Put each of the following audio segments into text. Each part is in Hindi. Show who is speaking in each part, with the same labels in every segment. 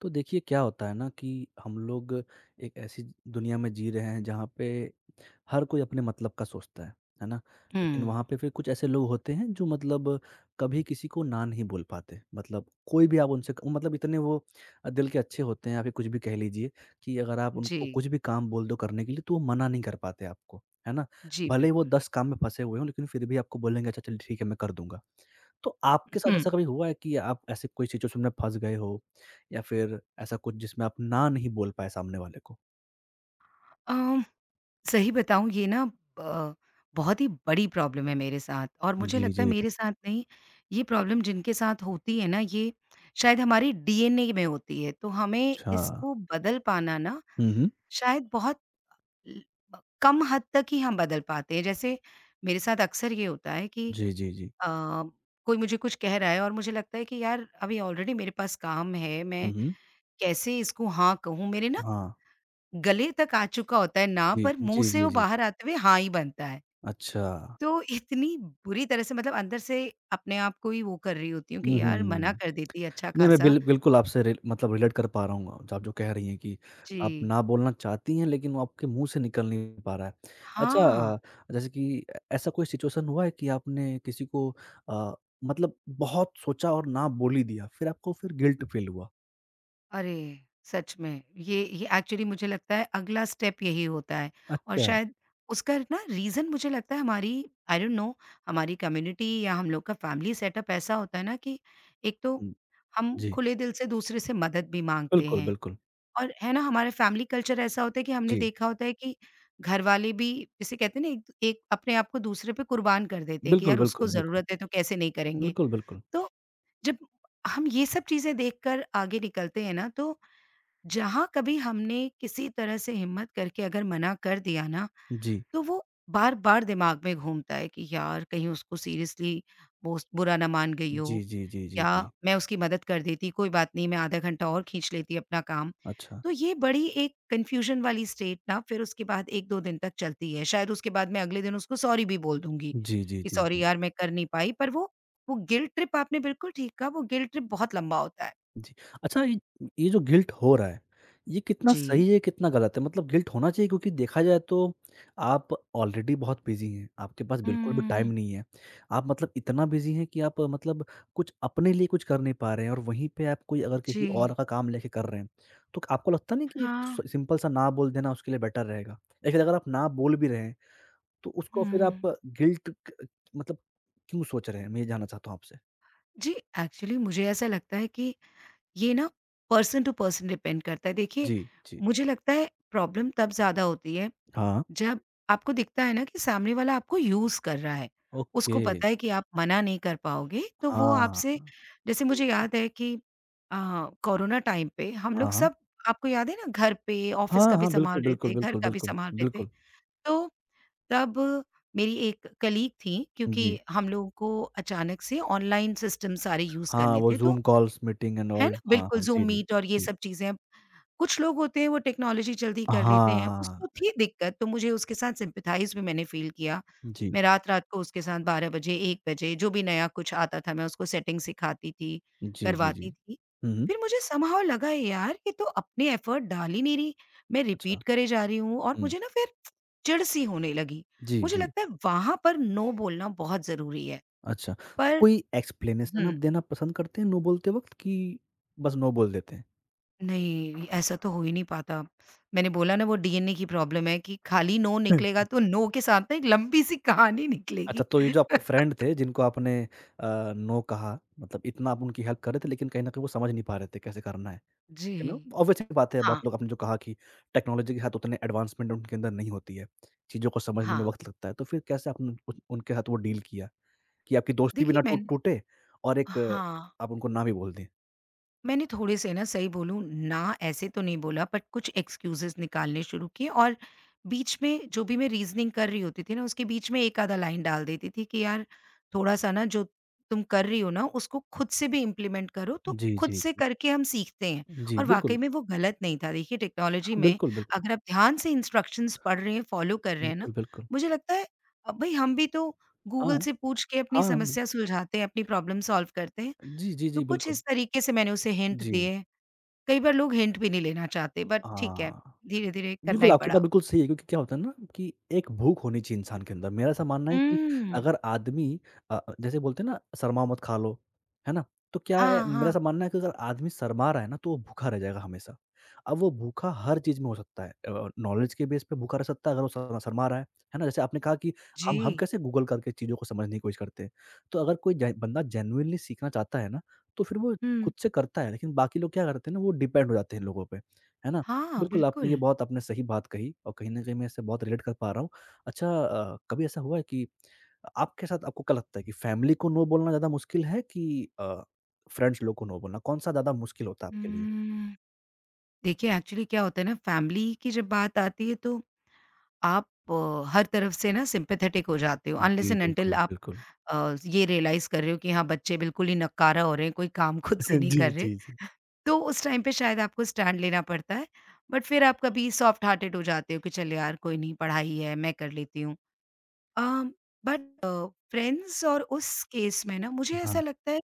Speaker 1: तो देखिए क्या होता है ना कि हम लोग एक ऐसी दुनिया में जी रहे हैं जहाँ पे हर कोई अपने मतलब का सोचता है ना। लेकिन
Speaker 2: हुँ।
Speaker 1: वहाँ पे फिर कुछ ऐसे लोग होते हैं जो मतलब कभी किसी को ना नहीं बोल पाते, मतलब कोई भी आप उनसे वो मतलब इतने वो दिल के अच्छे होते हैं आप ये कुछ भी कह लीजिए कि अगर आप
Speaker 2: जी।
Speaker 1: उनको कुछ भी काम बोल दो करने के लिए तो वो मना नहीं कर पाते आपको, है ना।
Speaker 2: जी,
Speaker 1: भले ही वो
Speaker 2: बिल्कुल।
Speaker 1: दस काम में फंसे हुए हों लेकिन फिर भी आपको बोलेंगे अच्छा चल ठीक है मैं कर दूंगा। तो आपके साथ
Speaker 2: हुँ,
Speaker 1: ऐसा कभी हुआ है कि आप ऐसे कोई सिचुएशन में फंस गए हो या फिर ऐसा कुछ जिसमें आप ना नहीं बोल पाएँ सामने वाले को?
Speaker 2: अ, सही बताऊँ ये ना, अ, बहुत ही बड़ी प्रॉब्लम है मेरे साथ और मुझे
Speaker 1: जी,
Speaker 2: लगता
Speaker 1: जी,
Speaker 2: है
Speaker 1: जी।
Speaker 2: मेरे साथ नहीं, ये प्रॉब्लम जिनके साथ होती है ना, ये शायद हमारे डीएनए में होती है। तो हमें
Speaker 1: अच्छा।
Speaker 2: इसको बदल पाना ना
Speaker 1: हुँ, हुँ।
Speaker 2: शायद बहुत ल ब कम हद तक ही हम बदल पाते हैं। जैसे मेरे साथ अक्सर ये होता है कि
Speaker 1: जी, जी, जी।
Speaker 2: अ, कोई मुझे कुछ कह रहा है और मुझे लगता है कि यार अभी ऑलरेडी मेरे पास काम है,
Speaker 1: हुँ,
Speaker 2: मैं
Speaker 1: हुँ।
Speaker 2: कैसे इसको हाँ कहूँ? मेरे ना
Speaker 1: हाँ।
Speaker 2: गले तक आ चुका होता है ना,
Speaker 1: जी,
Speaker 2: पर मुँह
Speaker 1: जी,
Speaker 2: से
Speaker 1: जी,
Speaker 2: वो
Speaker 1: जी।
Speaker 2: बाहर आते हुए हाँ ही बनता है।
Speaker 1: अच्छा।
Speaker 2: तो इतनी बुरी तरह से मतलब अंदर से अपने आप को ही वो कर रही होती हूँ
Speaker 1: हुँ,
Speaker 2: कि
Speaker 1: हुँ,
Speaker 2: यार
Speaker 1: हुँ,
Speaker 2: मना
Speaker 1: हुँ।
Speaker 2: कर देती है अच्छा
Speaker 1: नहीं, मैं
Speaker 2: खासा।
Speaker 1: बिल्कुल आपसे रिल मतलब रिलेट कर पा रहा हूँ, जो आप जो कह रही हैं कि आप
Speaker 2: जी।
Speaker 1: ना बोलना चाहती हैं, लेकिन वो आपके मुँह से निकल नहीं पा रहा है। अच्छा।
Speaker 2: हाँ।
Speaker 1: अ, जैसे कि ऐ ऐसा कोई सिचुएशन हुआ है कि आपने किसी को अ, मतलब बहुत सोचा और ना बोल ही दिया, फिर आपको फिर गिल्ट फ़ील हुआ?
Speaker 2: अरे! सच में, ये एक्चुअली मुझे लगता है अगला स्टेप यही होता है। और
Speaker 1: अच्छा।
Speaker 2: शायद उसका ना रीज़न मुझे लगता है हमारी आई डोंट नो, हमारी कम्युनिटी या हम लोग का फैमिली सेटअप ऐसा होता है ना कि एक तो
Speaker 1: हुँ।
Speaker 2: हम
Speaker 1: जी।
Speaker 2: खुले दिल से दूसरे से मदद भी माँगते
Speaker 1: बिल्कुल,
Speaker 2: हैं।
Speaker 1: बिल्कुल।
Speaker 2: और है ना, हमारा फैमिली कल्चर ऐसा होता है कि हमने
Speaker 1: जी,
Speaker 2: देखा होता है कि घरवाले भी जिसे कहते हैं ना, एक एक अपने आप को दूसरे पे कुर्बान कर देते हैं कि
Speaker 1: बिल्कुल,
Speaker 2: यार उसको
Speaker 1: बिल्कुल, बिल्कुल।
Speaker 2: ज़रूरत है तो कैसे नहीं करेंगे।
Speaker 1: बिल्कुल, बिल्कुल।
Speaker 2: तो जब हम ये सब चीज़ें देखकर आगे निकलते हैं ना, तो जहाँ कभी हमने किसी तरह से हिम्मत करके अगर मना कर दिया ना,
Speaker 1: जी।
Speaker 2: तो वो बार-बार दिमाग में घूमता है कि यार कहीं उसको सीरियसली वो स बुरा ना मान गई
Speaker 1: जी,
Speaker 2: हो,
Speaker 1: जी, जी, जी,
Speaker 2: या
Speaker 1: जी।
Speaker 2: मैं उसकी मदद कर देती, कोई बात नहीं मैं आधा घंटा और खींच लेती अपना काम।
Speaker 1: अच्छा।
Speaker 2: तो ये बड़ी एक कन्फ्यूज़न वाली स्टेट ना फिर उसके बाद 1-2 दिन तक चलती है। शायद उसके बाद मैं अगले दिन उसको सॉरी भी बोल दूँगी
Speaker 1: जी, जी,
Speaker 2: कि
Speaker 1: जी,
Speaker 2: सॉरी
Speaker 1: जी।
Speaker 2: यार मैं कर नहीं पाई, पर वो गिल्ट ट्रिप आपने बिल्कुल ठीक कहा, वो गिल्ट ट्रिप बहुत लंबा होता है।
Speaker 1: जी। अच्छा, ये जो गिल्ट हो रहा है, ये कितना
Speaker 2: जी।
Speaker 1: सही है, कितना गलत है? मतलब गिल्ट होना चाहिए क्योंकि देखा जाए तो आप ऑलरेडी बहुत बिज़ी हैं, आपके पास बिल्कुल भी टाइम
Speaker 2: हुँ,
Speaker 1: नहीं है। आप मतलब इतना बिज़ी हैं कि आप मतलब कुछ अपने लिए कुछ कर नहीं पा रहे हैं और वहीं पे आप कोई अगर किसी और
Speaker 2: जी।
Speaker 1: का काम लेके कर रहे हैं, तो आपको लगता नहीं कि एक
Speaker 2: हाँ,
Speaker 1: स सिंपल सा ना बोल देना उसके लिए बेटर रहेगा? लेकिन अगर आप ना बोल भी रहे हैं, तो उसको फिर आप
Speaker 2: हुँ।
Speaker 1: गिल्ट क मतलब क्यों सोच रहे हैं? मैं ये जानना चाहता हूँ आपसे?
Speaker 2: जी, एक्चुअली मुझे ऐसा लगता है कि ये ना पर्सन टू पर्सन डिपेंड करता है। देखिए,
Speaker 1: जी, जी, जी।
Speaker 2: मुझे लगता है प्रॉब्लम तब ज़्यादा होती है
Speaker 1: हाँ,
Speaker 2: जब आपको दिखता है ना कि सामने वाला आपको यूज़ कर रहा है। उसको
Speaker 1: ओके।
Speaker 2: पता है कि आप मना नहीं कर पाओगे तो वो
Speaker 1: हाँ,
Speaker 2: आपसे, जैसे
Speaker 1: जी,
Speaker 2: मुझे
Speaker 1: जी।
Speaker 2: याद है कि अ, कोरोना टाइम पे हम लोग
Speaker 1: हाँ, हाँ।
Speaker 2: सब, आपको याद है ना, घर पे ऑफ़िस
Speaker 1: हाँ,
Speaker 2: का भी
Speaker 1: हाँ, बिल्कुल,
Speaker 2: सँभाल रहे
Speaker 1: बिल्कुल,
Speaker 2: थे, घर
Speaker 1: बिल्कुल,
Speaker 2: का भी
Speaker 1: बिल्कुल,
Speaker 2: सँभाल रहे थे।
Speaker 1: बिल्कुल।
Speaker 2: तो तब मेरी एक कलीग थी, क्योंकि
Speaker 1: जी।
Speaker 2: हम लोगों को अचानक से ऑनलाइन सिस्टम सारे यूज़
Speaker 1: हाँ,
Speaker 2: करने
Speaker 1: वो
Speaker 2: थे तो,
Speaker 1: ज़ूम कॉल्स, मीटिंग एंड
Speaker 2: है
Speaker 1: ऑल।
Speaker 2: ना?
Speaker 1: हाँ,
Speaker 2: बिल्कुल,
Speaker 1: हाँ। जी,
Speaker 2: ज़ूम
Speaker 1: जी,
Speaker 2: मीट और ये
Speaker 1: जी।
Speaker 2: सब चीज़ें। कुछ लोग होते हैं वो टेक्नोलॉज़ी जल्दी कर लेते हैं,
Speaker 1: हाँ।
Speaker 2: उसको थी दिक्कत तो मुझे उसके साथ सिम्पैथाइज़ भी मैंने फ़ील किया।
Speaker 1: जी।
Speaker 2: मैं रात-रात को उसके साथ 12 बजे, 1 बजे जो भी नया कुछ आता था मैं उसको सेटिंग सिखाती थी,
Speaker 1: जी, जी, जी।
Speaker 2: करवाती थी।
Speaker 1: हुँ, हुँ।
Speaker 2: फिर मुझे समहाउ लगा यार ये तो अपने एफ़र्ट डाल ही नहीं रही, मैं
Speaker 1: अच्छा।
Speaker 2: रिपीट करे जा रही हूँ और
Speaker 1: हुँ।
Speaker 2: मुझे ना फिर चिढ़-सी होने लगी।
Speaker 1: जी,
Speaker 2: मुझे
Speaker 1: जी।
Speaker 2: लगता है वहाँ पर नो बोलना बहुत ज़रूरी है।
Speaker 1: अच्छा, तो
Speaker 2: पर।
Speaker 1: कोई एक्सप्लेनेशन आप
Speaker 2: हुँ।
Speaker 1: देना पसंद करते हैं नो बोलते वक़्त कि बस नो बोल देते हैं?
Speaker 2: नहीं, ऐसा तो हो ही नहीं पाता। मैंने बोला ना वो डीएनए की प्रॉब्लम है कि खाली नो निकलेगा तो नो के साथ ना एक लंबी सी कहानी
Speaker 1: अच्छा,
Speaker 2: निकलेगी।
Speaker 1: तो ये जो आपके फ्रेंड थे जिनको आपने नो कहा, मतलब इतना आप उनकी हेल्प कर रहे थे लेकिन कहीं न कहीं वो समझ नहीं पा रहे थे कैसे करना है,
Speaker 2: जी।
Speaker 1: You know? ऑब्वियस सी बात है
Speaker 2: हाँ,
Speaker 1: बहुत लोग आपने जो कहा कि टेक्नोलॉजी के साथ उतने एडवांसमेंट उनके अंदर नहीं होती है, चीज़ों को समझने में
Speaker 2: हाँ।
Speaker 1: वक़्त लगता है। तो फिर कैसे आपने उन उनके साथ वो डील किया कि आपकी दोस्ती भी
Speaker 2: देखिए
Speaker 1: ना टूट
Speaker 2: मैंने।
Speaker 1: टूटे और एक
Speaker 2: हाँ।
Speaker 1: आप उनको ना भी बोल दें?
Speaker 2: मैंने थोड़े से ना सही बोलूँ, ना ऐसे तो नहीं बोला बट कुछ एक्सक्यूज़ेज़ निकालने शुरू किए और बीच में जो भी मैं रीज़निंग कर रही होती थी ना, उसके बीच में एक आधा लाइन डाल देती थी कि यार थोड़ा-सा ना, जो तुम कर रही हो ना, उसको खुद से भी इम्प्लीमेंट करो तो
Speaker 1: जी,
Speaker 2: खुद
Speaker 1: जी,
Speaker 2: से
Speaker 1: जी।
Speaker 2: करके हम सीखते हैं।
Speaker 1: जी,
Speaker 2: और
Speaker 1: बिल्कुल।
Speaker 2: वाक़ई में वो गलत नहीं था। देखिए टेक्नोलॉजी
Speaker 1: हाँ,
Speaker 2: में
Speaker 1: बिल्कुल, बिल्कुल।
Speaker 2: अगर आप ध्यान से इंस्ट्रक्शंस पढ़ रहे हैं, फॉलो कर रहे हैं ना,
Speaker 1: बिल्कुल, बिल्कुल।
Speaker 2: मुझे लगता है भई हम भी तो गूगल
Speaker 1: हाँ,
Speaker 2: से पूछ के अपनी
Speaker 1: हाँ।
Speaker 2: समस्या सुलझाते हैं, अपनी प्रॉब्लम सॉल्व करते हैं।
Speaker 1: जी, जी,
Speaker 2: तो
Speaker 1: जी,
Speaker 2: कुछ
Speaker 1: बिल्कुल।
Speaker 2: इस तरीके से मैंने उसे हिंट
Speaker 1: जी।
Speaker 2: दिए। कई बार लोग हिंट भी नहीं लेना चाहते बट ठीक है,
Speaker 1: हाँ।
Speaker 2: धीरे-धीरे करना
Speaker 1: बिल्कुल,
Speaker 2: ही
Speaker 1: आपकी
Speaker 2: पड़ा।
Speaker 1: बात बिल्कुल सही है क्योंकि क्या होता है ना कि एक भूख होनी चाहिए इंसान के अंदर। मेरा ऐसा मानना है कि
Speaker 2: हुँ।
Speaker 1: अगर आदमी जैसे बोलते हैं ना शर्मा मत खा लो, है ना? तो क्या है
Speaker 2: हाँ,
Speaker 1: मेरा
Speaker 2: हाँ।
Speaker 1: ऐसा मानना है कि अगर आदमी शर्मा रहा है ना तो वो भूखा रह जाएगा हमेशा। अब वो भूखा हर चीज़ में हो सकता है, नॉलेज के बेस पे भूखा रह सकता है अगर वो शर शर्मा रहा है ना? जैसे आपने कहा कि हम
Speaker 2: जी।
Speaker 1: कैसे गूगल करके चीज़ों को समझने की कोशिश करते हैं। तो अगर कोई जे बंदा जेनुइनली सीखना चाहता है ना, तो फिर वो खुद
Speaker 2: हुँ।
Speaker 1: से करता है। लेकिन बाकी लोग क्या करते हैं ना वो डिपेंड हो जाते हैं लोगों पे, है ना?
Speaker 2: हाँ,
Speaker 1: बिल्कुल, आपने ये
Speaker 2: बिल्कुल।
Speaker 1: बहुत आपने सही बात कही और कहीं न कहीं मैं इससे बहुत रिलेट कर पा रहा हूँ। अच्छा, कभी ऐसा हुआ है कि आपके साथ आपको क्या लगता है कि फैमिली को नो बोलना ज़्यादा मुश्किल है कि फ्रेंड्स लोग को नो बोलना? कौन-सा ज़्यादा मुश्किल होता है आपके लिए?
Speaker 2: हुँ। देखिए, एक्चुअली क्या होता है ना, फैमिली की जब बात आती है तो आप हर तरफ से ना सिम्पैथेटिक हो जाते हो, अनलेस
Speaker 1: जी,
Speaker 2: एंड अनटिल
Speaker 1: बिल्कुल,
Speaker 2: आप
Speaker 1: बिल्कुल।
Speaker 2: ये रियलाइज़ कर रहे हो कि हाँ, बच्चे बिल्कुल ही नकारा हो रहे हैं, कोई काम खुद से नहीं
Speaker 1: जी,
Speaker 2: कर रहे।
Speaker 1: जी, जी।
Speaker 2: तो उस टाइम पे शायद आपको स्टैंड लेना पड़ता है, बट फिर आप कभी सॉफ्ट हार्टेड हो जाते हो कि चल यार कोई नहीं पढ़ाई है, मैं कर लेती हूँ। अ, बट फ्रेंड्स और उस केस में ना मुझे ऐसा
Speaker 1: हाँ।
Speaker 2: लगता है,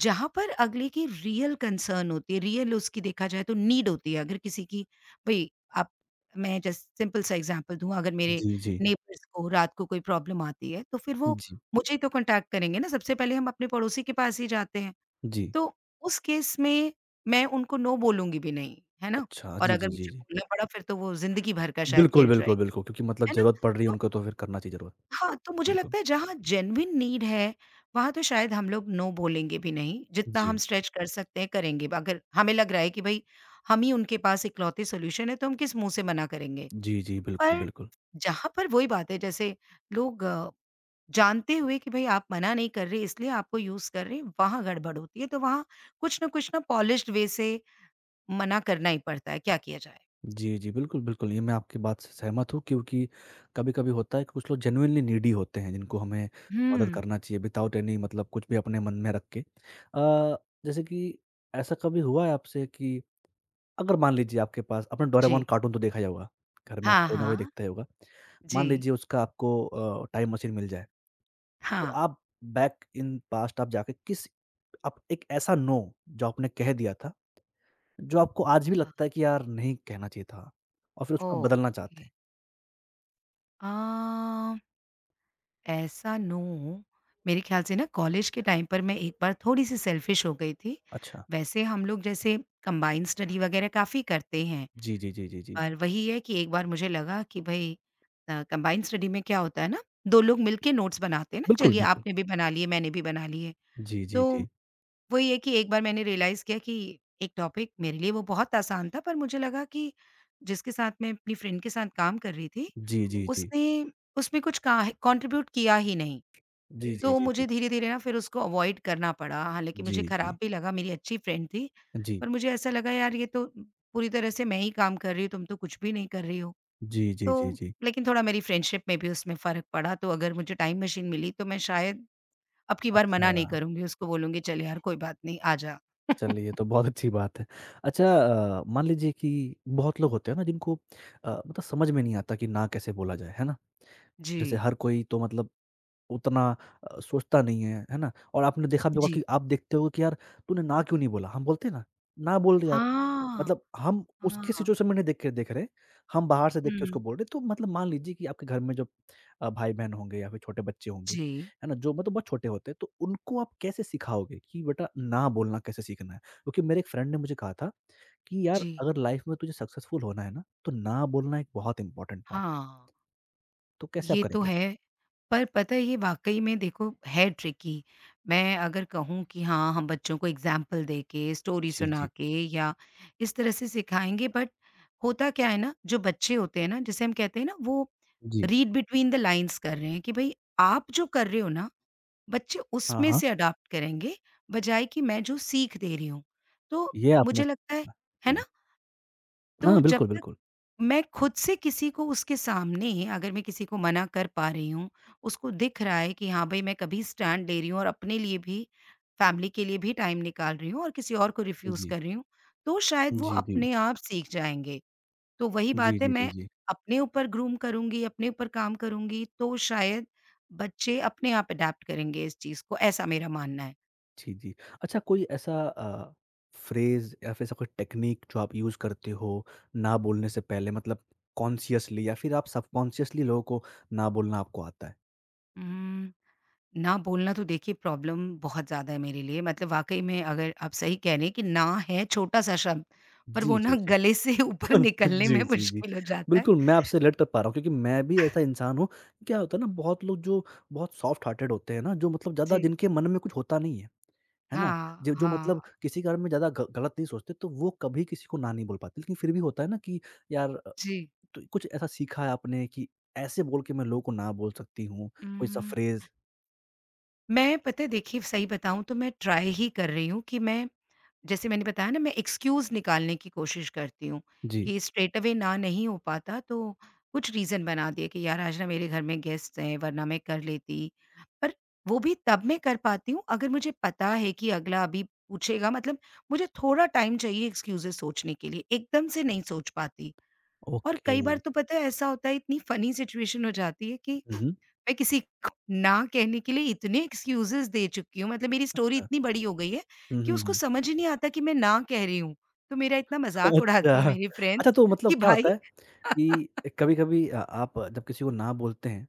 Speaker 2: जहाँ पर अगले की रियल कंसर्न होती है, रियल उसकी देखा जाए तो नीड होती है। अगर किसी की, भई आप, मैं जस्ट सिंपल सा एग्ज़ाम्पल दूँ, अगर मेरे
Speaker 1: जी, जी।
Speaker 2: नेबर्स को रात को कोई प्रॉब्लम आती है, तो फिर वो
Speaker 1: जी,
Speaker 2: मुझे ही तो कॉन्टैक्ट करेंगे ना, सबसे पहले हम अपने पड़ोसी के पास ही जाते हैं।
Speaker 1: जी।
Speaker 2: तो उस केस में मैं उनको नो बोलूँगी भी नहीं, है ना?
Speaker 1: अच्छा,
Speaker 2: और
Speaker 1: जी,
Speaker 2: अगर
Speaker 1: जी, जी,
Speaker 2: मुझे
Speaker 1: जी।
Speaker 2: बोलना पड़ा फिर तो वो ज़िंदगी भर का शायद
Speaker 1: बिल्कुल,
Speaker 2: गिल्ट
Speaker 1: बिल्कुल,
Speaker 2: रहेगा,
Speaker 1: बिल्कुल क्योंकि मतलब
Speaker 2: है ना?
Speaker 1: ज़रूरत पड़ रही है
Speaker 2: तो
Speaker 1: उनको तो फिर करना चाहिए ज़रूर।
Speaker 2: हाँ, तो मुझे
Speaker 1: बिल्कुल।
Speaker 2: लगता है जहाँ जेन्युइन नीड है, वहाँ तो शायद हम लोग नो बोलेंगे भी नहीं, जितना हम
Speaker 1: जी।
Speaker 2: स्ट्रेच कर सकते हैं करेंगे। अगर हमें लग रहा है कि भई हम ही उनके पास इकलौते सॉल्यूशन है तो हम किस मुँह से मना करेंगे।
Speaker 1: जी, जी, बिल्कुल,
Speaker 2: पर
Speaker 1: बिल्कुल।
Speaker 2: जहाँ पर वही बात है, जैसे लोग जानते हुए कि भई आप मना नहीं कर रहे इसलिए आपको यूज़ कर रहे हैं, वहाँ गड़बड़ होती है। तो वहाँ कुछ न कुछ ना पॉलिश्ड वे से मना करना ही पड़ता है, क्या किया जाए?
Speaker 1: जी, जी। बिल्कुल, बिल्कुल, ये मैं आपकी बात से सहमत हूँ क्योंकि कभी-कभी होता है कि कुछ लोग जेनुइनली नीडी होते हैं जिनको हमें मदद
Speaker 2: हुँ,
Speaker 1: करना चाहिए विथआउट एनी मतलब कुछ भी अपने मन में रख के। अ, जैसे कि ऐसा कभी हुआ है आपसे कि अगर मान लीजिए आपके पास आपने
Speaker 2: जी।
Speaker 1: डोरेमोन कार्टून तो देखा ही होगा, घर में आपको
Speaker 2: हाँ,
Speaker 1: कोई ना कोई
Speaker 2: हाँ।
Speaker 1: देखता ही होगा। मान
Speaker 2: जी।
Speaker 1: लीजिए उसका आपको टाइम मशीन मिल जाए, तो
Speaker 2: हाँ।
Speaker 1: आप बैक इन पास्ट आप जाके किस आप एक ऐसा नो जो आपने कह दिया था जो आपको आज भी
Speaker 2: अ,
Speaker 1: लगता है कि यार नहीं कहना चाहिए था और फिर उसको आप बदलना
Speaker 2: ओके।
Speaker 1: चाहते हैं?
Speaker 2: अ, ऐसा नो मेरे ख्याल से ना कॉलेज के टाइम पर मैं एक बार थोड़ी-सी सेल्फिश हो गई थी।
Speaker 1: अच्छा।
Speaker 2: वैसे हम लोग जैसे कंबाइंड स्टडी वगैरह काफ़ी करते हैं,
Speaker 1: जी, जी, जी, जी, जी, जी।
Speaker 2: और वही है कि एक बार मुझे लगा कि भई, कंबाइंड स्टडी में क्या होता है ना, 2 लोग मिलके नोट्स बनाते हैं ना,
Speaker 1: बिल्कुल,
Speaker 2: चलिए
Speaker 1: बिल्कुल।
Speaker 2: आपने भी बना लिए, मैंने भी बना लिए।
Speaker 1: जी,
Speaker 2: तो
Speaker 1: जी, जी।
Speaker 2: वो ये कि एक बार मैंने रियलाइज़ किया कि एक टॉपिक मेरे लिए वो बहुत आसान था, पर मुझे लगा कि जिसके साथ मैं अपनी फ्रेंड के साथ काम कर रही थी,
Speaker 1: जी, जी, जी।
Speaker 2: उसने उसमें कुछ काहे कॉन्ट्रिब्यूट किया ही नहीं।
Speaker 1: जी, जी,
Speaker 2: तो
Speaker 1: जी, जी।
Speaker 2: मुझे धीरे-धीरे ना फिर उसको अवॉइड करना पड़ा, हालाँकि
Speaker 1: जी,
Speaker 2: मुझे ख़राब
Speaker 1: जी।
Speaker 2: भी लगा, मेरी अच्छी फ्रेंड थी,
Speaker 1: जी।
Speaker 2: पर मुझे ऐसा लगा यार ये तो पूरी तरह से मैं ही काम कर रही हूँ, तुम तो कुछ भी नहीं कर रही हो।
Speaker 1: जी, जी,
Speaker 2: तो
Speaker 1: जी, जी।
Speaker 2: लेकिन थोड़ा मेरी फ्रेंडशिप में भी उसमें फ़र्क पड़ा, तो अगर मुझे टाइम मशीन मिली तो मैं शायद अब की बार
Speaker 1: अच्छा,
Speaker 2: मना नहीं करूँगी, उसको बोलूँगी चल यार कोई बात नहीं, आ जा।
Speaker 1: चलिए ये तो बहुत अच्छी बात है। अच्छा, मान लीजिए कि बहुत लोग होते हैं ना जिनको मतलब समझ में नहीं आता कि ना कैसे बोला जाए, है ना? जैसे
Speaker 2: जी,
Speaker 1: हर कोई तो मतलब उतना सोचता नहीं है, है ना? और आपने देखा भी होगा
Speaker 2: जी।
Speaker 1: कि आप देखते हो कि यार तूने ना क्यों नहीं बोला? हम बोलते हैं ना, ना बोल रहे यार।
Speaker 2: हाँ,
Speaker 1: मतलब हम उसके
Speaker 2: हाँ।
Speaker 1: सिचुएशन में नहीं देख के देख रहे, हम बाहर से देख के उसको
Speaker 2: हुँ।
Speaker 1: बोल रहे हैं। तो मतलब मान लीजिए कि आपके घर में जो भाई-बहन होंगे या फिर छोटे बच्चे होंगे,
Speaker 2: जी,
Speaker 1: है ना? जो मतलब बहुत छोटे होते हैं, तो उनको आप कैसे सिखाओगे कि बेटा ना बोलना कैसे सीखना है? क्योंकि मेरे एक फ्रेंड ने मुझे कहा था कि यार
Speaker 2: जी।
Speaker 1: अगर लाइफ में तुझे सक्सेसफुल होना है ना, तो ना बोलना एक बहुत इम्पोर्टेंट पार्ट है।
Speaker 2: हाँ,
Speaker 1: तो कैसे आप
Speaker 2: ये तो
Speaker 1: करेंगे?
Speaker 2: है। पर पता है ये वाक़ई में देखो है ट्रिकी। मैं अगर कहूँ कि हाँ, हम बच्चों को एग्ज़ाम्पल दे के, स्टोरी
Speaker 1: जी,
Speaker 2: सुना
Speaker 1: जी।
Speaker 2: के या इस तरह से सिखाएँगे, बट होता क्या है ना, जो बच्चे होते हैं ना, जिसे हम कहते हैं ना वो
Speaker 1: जी।
Speaker 2: रीड बिटवीन द लाइन्स कर रहे हैं कि भई आप जो कर रहे हो ना, बच्चे
Speaker 1: हाँ,
Speaker 2: उसमें
Speaker 1: हाँ।
Speaker 2: से अडॉप्ट करेंगे, बजाए कि मैं जो सीख दे रही हूँ। तो
Speaker 1: ये आपने
Speaker 2: मुझे लगता है ना?
Speaker 1: जी।
Speaker 2: तो
Speaker 1: हाँ,
Speaker 2: जब
Speaker 1: बिल्कुल,
Speaker 2: तक
Speaker 1: बिल्कुल।
Speaker 2: मैं खुद से किसी को उसके सामने अगर मैं किसी को मना कर पा रही हूँ, उसको दिख रहा है कि हाँ, भई मैं कभी स्टैंड ले रही हूँ और अपने लिए भी, फैमिली के लिए भी टाइम निकाल रही हूँ और किसी और को रिफ्यूज़
Speaker 1: जी।
Speaker 2: कर रही हूँ, तो शायद वो
Speaker 1: जी, जी।
Speaker 2: अपने आप सीख जाएँगे। तो वही
Speaker 1: जी,
Speaker 2: बात है,
Speaker 1: जी, जी,
Speaker 2: मैं
Speaker 1: जी।
Speaker 2: अपने ऊपर ग्रूम करूँगी, अपने ऊपर काम करूँगी तो शायद बच्चे अपने आप अडैप्ट करेंगे इस चीज़ को, ऐसा मेरा मानना है।
Speaker 1: जी, जी। अच्छा, कोई ऐसा फ्रेज़ या फिर ऐसा कोई टेक्नीक जो आप यूज़ करते हो, ना बोलने से पहले मतलब कॉन्शियसली या फिर आप सबकॉन्शियसली लोगों को ना बोलना आपको आता है?
Speaker 2: हुँ। ना बोलना तो देखिए प्रॉब्लम बहुत ज़्यादा है मेरे लिए, मतलब वाक़ई में अगर आप सही कह रहे हैं कि ना है छोटा-सा शब्द, पर
Speaker 1: जी,
Speaker 2: वो
Speaker 1: जी,
Speaker 2: ना
Speaker 1: जी।
Speaker 2: गले से ऊपर निकलने
Speaker 1: जी,
Speaker 2: में
Speaker 1: जी, जी।
Speaker 2: मुश्किल हो जाता है।
Speaker 1: बिल्कुल, मैं आपसे रिलेट कर पा रहा हूँ क्योंकि मैं भी ऐसा इंसान हूँ। क्या होता है ना बहुत लोग जो बहुत सॉफ्ट हार्टेड होते हैं ना, जो मतलब ज़्यादा
Speaker 2: जी।
Speaker 1: जिनके मन में कुछ होता नहीं है। है ना?
Speaker 2: हाँ,
Speaker 1: जो जो
Speaker 2: हाँ।
Speaker 1: मतलब किसी के बारे में ज़्यादा ग गलत नहीं सोचते, तो वो कभी किसी को ना नहीं बोल पाते। लेकिन फिर भी होता है ना कि यार
Speaker 2: जी।
Speaker 1: तो कुछ ऐसा सीखा है आपने कि ऐसे बोल के मैं लोगों को ना बोल सकती हूँ? कोई सा
Speaker 2: हुँ।
Speaker 1: फ्रेज़?
Speaker 2: मैं पता है देखिए सही बताऊँ तो मैं ट्राई ही कर रही हूँ कि मैं, जैसे मैंने बताया ना, मैं एक्सक्यूज़ निकालने की कोशिश करती हूँ,
Speaker 1: जी।
Speaker 2: कि स्ट्रेट अवे ना नहीं हो पाता तो कुछ रीज़न बना दिए कि यार आज ना मेरे घर में गेस्ट्स हैं वरना मैं कर लेती। पर वो भी तब मैं कर पाती हूँ अगर मुझे पता है कि अगला अभी पूछेगा, मतलब मुझे थोड़ा टाइम चाहिए एक्सक्यूज़ेज़ सोचने के लिए, एकदम से नहीं सोच पाती। और
Speaker 1: ओके।
Speaker 2: कई बार तो पता है ऐसा होता है, इतनी फ़नी सिचुएशन हो जाती है कि
Speaker 1: हुँ, हुँ।
Speaker 2: मैं किसी को ना कहने के लिए इतने एक्सक्यूज़ेज़ दे चुकी हूँ, मतलब मेरी स्टोरी
Speaker 1: अच्छा।
Speaker 2: इतनी बड़ी हो गई है
Speaker 1: हुँ,
Speaker 2: कि
Speaker 1: हुँ,
Speaker 2: उसको
Speaker 1: हुँ।
Speaker 2: समझ ही नहीं आता कि मैं ना कह रही हूँ। तो मेरा इतना मज़ाक उड़ाते हैं
Speaker 1: अच्छा।
Speaker 2: मेरे
Speaker 1: अच्छा,
Speaker 2: फ्रेंड्स
Speaker 1: तो मतलब
Speaker 2: कि
Speaker 1: क्या होता
Speaker 2: भाई।
Speaker 1: है कि कभी-कभी आप जब किसी को ना बोलते हैं,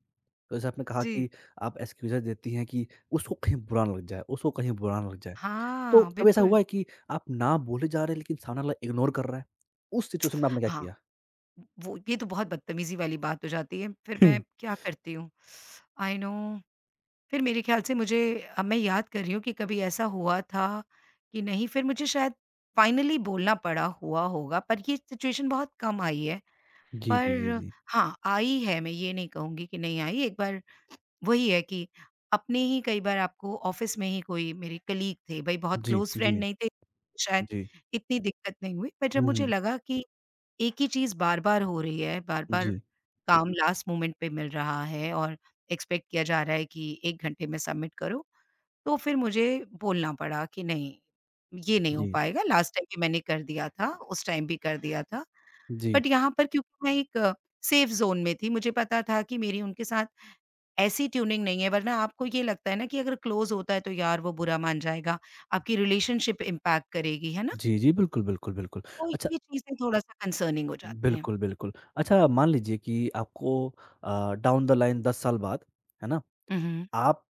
Speaker 1: तो जैसे आपने कहा
Speaker 2: जी।
Speaker 1: कि आप एक्सक्यूज़ेज़ देती हैं कि उसको कहीं बुरा ना लग जाए, उसको कहीं बुरा ना लग जाए। तो
Speaker 2: हाँ,
Speaker 1: कभी ऐसा
Speaker 2: बिल्कुल।
Speaker 1: हुआ है कि आप ना बोले जा रहे हैं लेकिन सामने वाला इग्नोर कर रहा है? उस सिचुएशन में आपने क्या
Speaker 2: हाँ,
Speaker 1: किया?
Speaker 2: वो ये तो बहुत बदतमीज़ी वाली बात हो जाती है। फिर मैं
Speaker 1: हुँ।
Speaker 2: क्या करती हूँ? आई नो, फिर मेरे ख़्याल से मुझे, अब मैं याद कर रही हूँ कि कभी ऐसा हुआ था कि नहीं, फिर मुझे शायद फाइनली बोलना पड़ा हुआ होगा, पर ये सिचुएशन बहुत कम आई है।
Speaker 1: जी, जी, जी,
Speaker 2: पर
Speaker 1: जी।
Speaker 2: हाँ, आई है, मैं ये नहीं कहूँगी कि नहीं आई। एक बार वही है कि अपने ही, कई बार आपको ऑफ़िस में ही, कोई मेरे कलीग थे, भई बहुत
Speaker 1: जी,
Speaker 2: क्लोज़ फ्रेंड
Speaker 1: जी,
Speaker 2: नहीं थे, शायद
Speaker 1: जी।
Speaker 2: इतनी दिक्कत नहीं हुई। पर जब
Speaker 1: हुँ,
Speaker 2: मुझे
Speaker 1: हुँ।
Speaker 2: लगा कि एक ही चीज़ बार-बार हो रही है, बार-बार
Speaker 1: जी,
Speaker 2: काम लास्ट मोमेंट पे मिल रहा है और एक्सपेक्ट किया जा रहा है कि 1 घंटे में सबमिट करो, तो फिर मुझे बोलना पड़ा कि नहीं, ये नहीं हो
Speaker 1: जी,
Speaker 2: पाएगा, लास्ट टाइम भी मैंने कर दिया था, उस टाइम भी कर दिया था।
Speaker 1: जी।
Speaker 2: बट यहाँ पर क्योंकि मैं एक सेफ ज़ोन में थी, मुझे पता था कि मेरी उनके साथ ऐसी ट्यूनिंग नहीं है, वरना आपको ये लगता है ना कि अगर क्लोज़ होता है तो यार वो बुरा मान जाएगा, आपकी रिलेशनशिप इम्पैक्ट करेगी, है ना?
Speaker 1: जी, जी, बिल्कुल, बिल्कुल, बिल्कुल।
Speaker 2: तो
Speaker 1: अच्छा,
Speaker 2: ये चीज़ें थोड़ा-सा कंसर्निंग हो जाती हैं।
Speaker 1: बिल्कुल, बिल्कुल। अच्छा, मान लीजिए कि आपको डाउन द लाइन 10 साल बाद, है ना,
Speaker 2: हुँ, हुँ।
Speaker 1: आप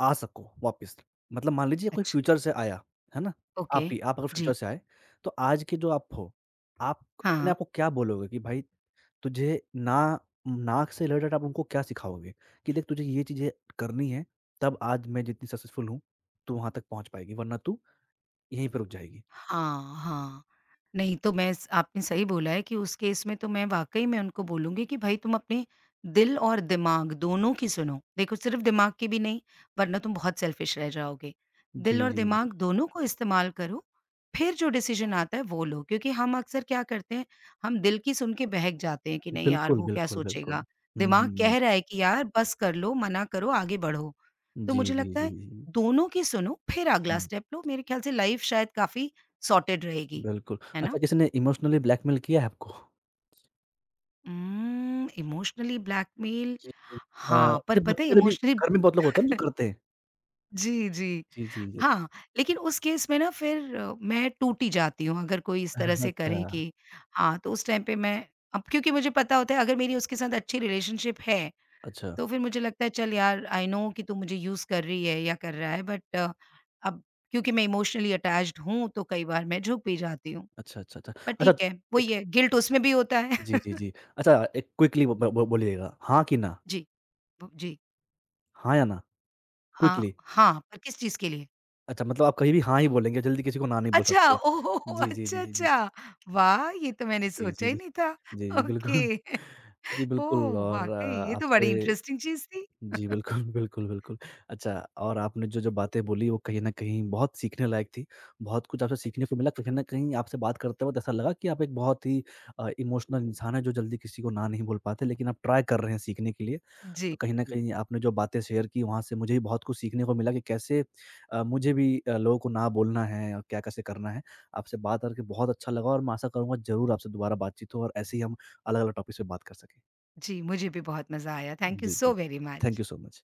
Speaker 1: आ सको वापस। मतलब मान लीजिए कोई
Speaker 2: अच्छा।
Speaker 1: फ्यूचर से आया, है ना?
Speaker 2: ओके,
Speaker 1: आप ही आप अगर फ्यूचर
Speaker 2: जी,
Speaker 1: से आए, तो आज के जो आप हो, आप अपने
Speaker 2: हाँ।
Speaker 1: आप को क्या बोलोगे कि भाई तुझे ना नाक से रिलेटेड आप उनको क्या सिखाओगे? कि देख तुझे ये चीज़ें करनी है, तब आज मैं जितनी सक्सेसफुल हूँ, तू वहाँ तक पहुँच पाएगी, वरना तू यहीं पे रुक जाएगी।
Speaker 2: हाँ, हाँ। नहीं तो मैं स आपने सही बोला है कि उस केस में तो मैं वाक़ई में उनको बोलूँगी कि भई तुम अपने दिल और दिमाग दोनों की सुनो। देखो सिर्फ़ दिमाग की भी नहीं, वरना तुम बहुत सेल्फ़िश रह जाओगे।
Speaker 1: जी,
Speaker 2: दिल और
Speaker 1: जी, जी।
Speaker 2: दिमाग दोनों को इस्तेमाल करो, फिर जो डिसीज़न आता है वो लो। क्योंकि हम अक्सर क्या करते हैं, हम दिल की सुन के बहक जाते हैं कि नहीं यार
Speaker 1: बिल्कुल,
Speaker 2: वो क्या
Speaker 1: बिल्कुल, बिल्कुल।
Speaker 2: सोचेगा?
Speaker 1: हुँ,
Speaker 2: दिमाग
Speaker 1: हुँ, हुँ।
Speaker 2: कह रहा है कि यार बस कर लो, मना करो, आगे बढ़ो। तो
Speaker 1: जी,
Speaker 2: मुझे
Speaker 1: जी,
Speaker 2: लगता
Speaker 1: जी,
Speaker 2: है
Speaker 1: जी।
Speaker 2: दोनों की सुनो फिर अगला
Speaker 1: हुँ।
Speaker 2: स्टेप लो, मेरे ख़्याल से लाइफ़ शायद काफ़ी सॉर्टेड रहेगी,
Speaker 1: बिल्कुल।
Speaker 2: है
Speaker 1: अच्छा,
Speaker 2: ना?
Speaker 1: किसी ने इमोशनली ब्लैकमेल किया है आपको?
Speaker 2: Emotionally blackmail.
Speaker 1: जी, जी।
Speaker 2: हाँ, पर
Speaker 1: जैसे
Speaker 2: पता है
Speaker 1: बच्चे भी
Speaker 2: इमोशनली
Speaker 1: घर में बहुत लोग होते हैं ना जो करते हैं।
Speaker 2: जी, जी।
Speaker 1: जी, जी, जी।
Speaker 2: हाँ, लेकिन उस केस में ना फिर मैं टूट ही जाती हूँ अगर कोई इस
Speaker 1: हाँ,
Speaker 2: तरह से करे
Speaker 1: अच्छा।
Speaker 2: कि, हाँ, तो उस टाइम पे मैं, अब क्योंकि मुझे पता होता है अगर मेरी उसके साथ अच्छी रिलेशनशिप है
Speaker 1: अच्छा,
Speaker 2: तो फिर मुझे लगता है चल यार आई नो कि तू मुझे यूज़ कर रही है या कर रहा है, बट अब क्योंकि मैं इमोशनली अटैच्ड हूँ तो कई बार मैं झुक भी जाती हूँ।
Speaker 1: अच्छा, अच्छा, अच्छा।
Speaker 2: पर
Speaker 1: अच्छा
Speaker 2: ठीक है,
Speaker 1: एक
Speaker 2: वही है गिल्ट उसमें भी होता है।
Speaker 1: जी, जी, जी। अच्छा, एक क्विकली ब ब बोलिएगा, हाँ कि ना?
Speaker 2: जी, ब जी।
Speaker 1: हाँ या ना?
Speaker 2: हाँ,
Speaker 1: क्विकली
Speaker 2: हाँ, पर किस चीज़ के लिए?
Speaker 1: अच्छा मतलब आप कहीं भी हाँ ही बोलेंगे, जल्दी किसी को ना नहीं बोल
Speaker 2: अच्छा
Speaker 1: सकते।
Speaker 2: ओह!
Speaker 1: जी, जी,
Speaker 2: अच्छा,
Speaker 1: जी, जी।
Speaker 2: अच्छा। वाह! ये तो मैंने
Speaker 1: जी,
Speaker 2: सोचा
Speaker 1: जी,
Speaker 2: ही
Speaker 1: जी।
Speaker 2: नहीं था।
Speaker 1: जी, जी, बिल्कुल।
Speaker 2: ओके।
Speaker 1: जी, बिल्कुल
Speaker 2: ओह!
Speaker 1: और
Speaker 2: वाक़ई ये तो
Speaker 1: आपसे
Speaker 2: बड़ी इंटरेस्टिंग चीज़ थी।
Speaker 1: जी, बिल्कुल, बिल्कुल, बिल्कुल। अच्छा और आपने जो-जो बातें बोली वो कहीं न कहीं बहुत सीखने लायक थी। बहुत कुछ आपसे सीखने को मिला, कहीं न कहीं आपसे बात करते वक़्त ऐसा लगा कि आप एक बहुत ही इमोशनल इंसान हैं जो जल्दी किसी को ना नहीं बोल पाते, लेकिन आप ट्राई कर रहे हैं सीखने के लिए।
Speaker 2: जी,
Speaker 1: तो कहीं न
Speaker 2: जी।
Speaker 1: कहीं आपने जो बातें शेयर की वहाँ से मुझे भी बहुत कुछ सीखने को मिला कि कैसे मुझे भी लोगों को ना बोलना है और क्या कैसे करना है। आपसे बात करके बहुत अच्छा लगा और मैं आशा करूँगा ज़रूर आपसे दोबारा बातचीत हो और ऐसे ही हम अलग-अलग टॉपिक्स पे बात कर सकें।
Speaker 2: जी, मुझे भी बहुत मज़ा आया। थैंक यू
Speaker 1: जी,
Speaker 2: सो
Speaker 1: जी।
Speaker 2: Very
Speaker 1: thank
Speaker 2: much.
Speaker 1: You so much.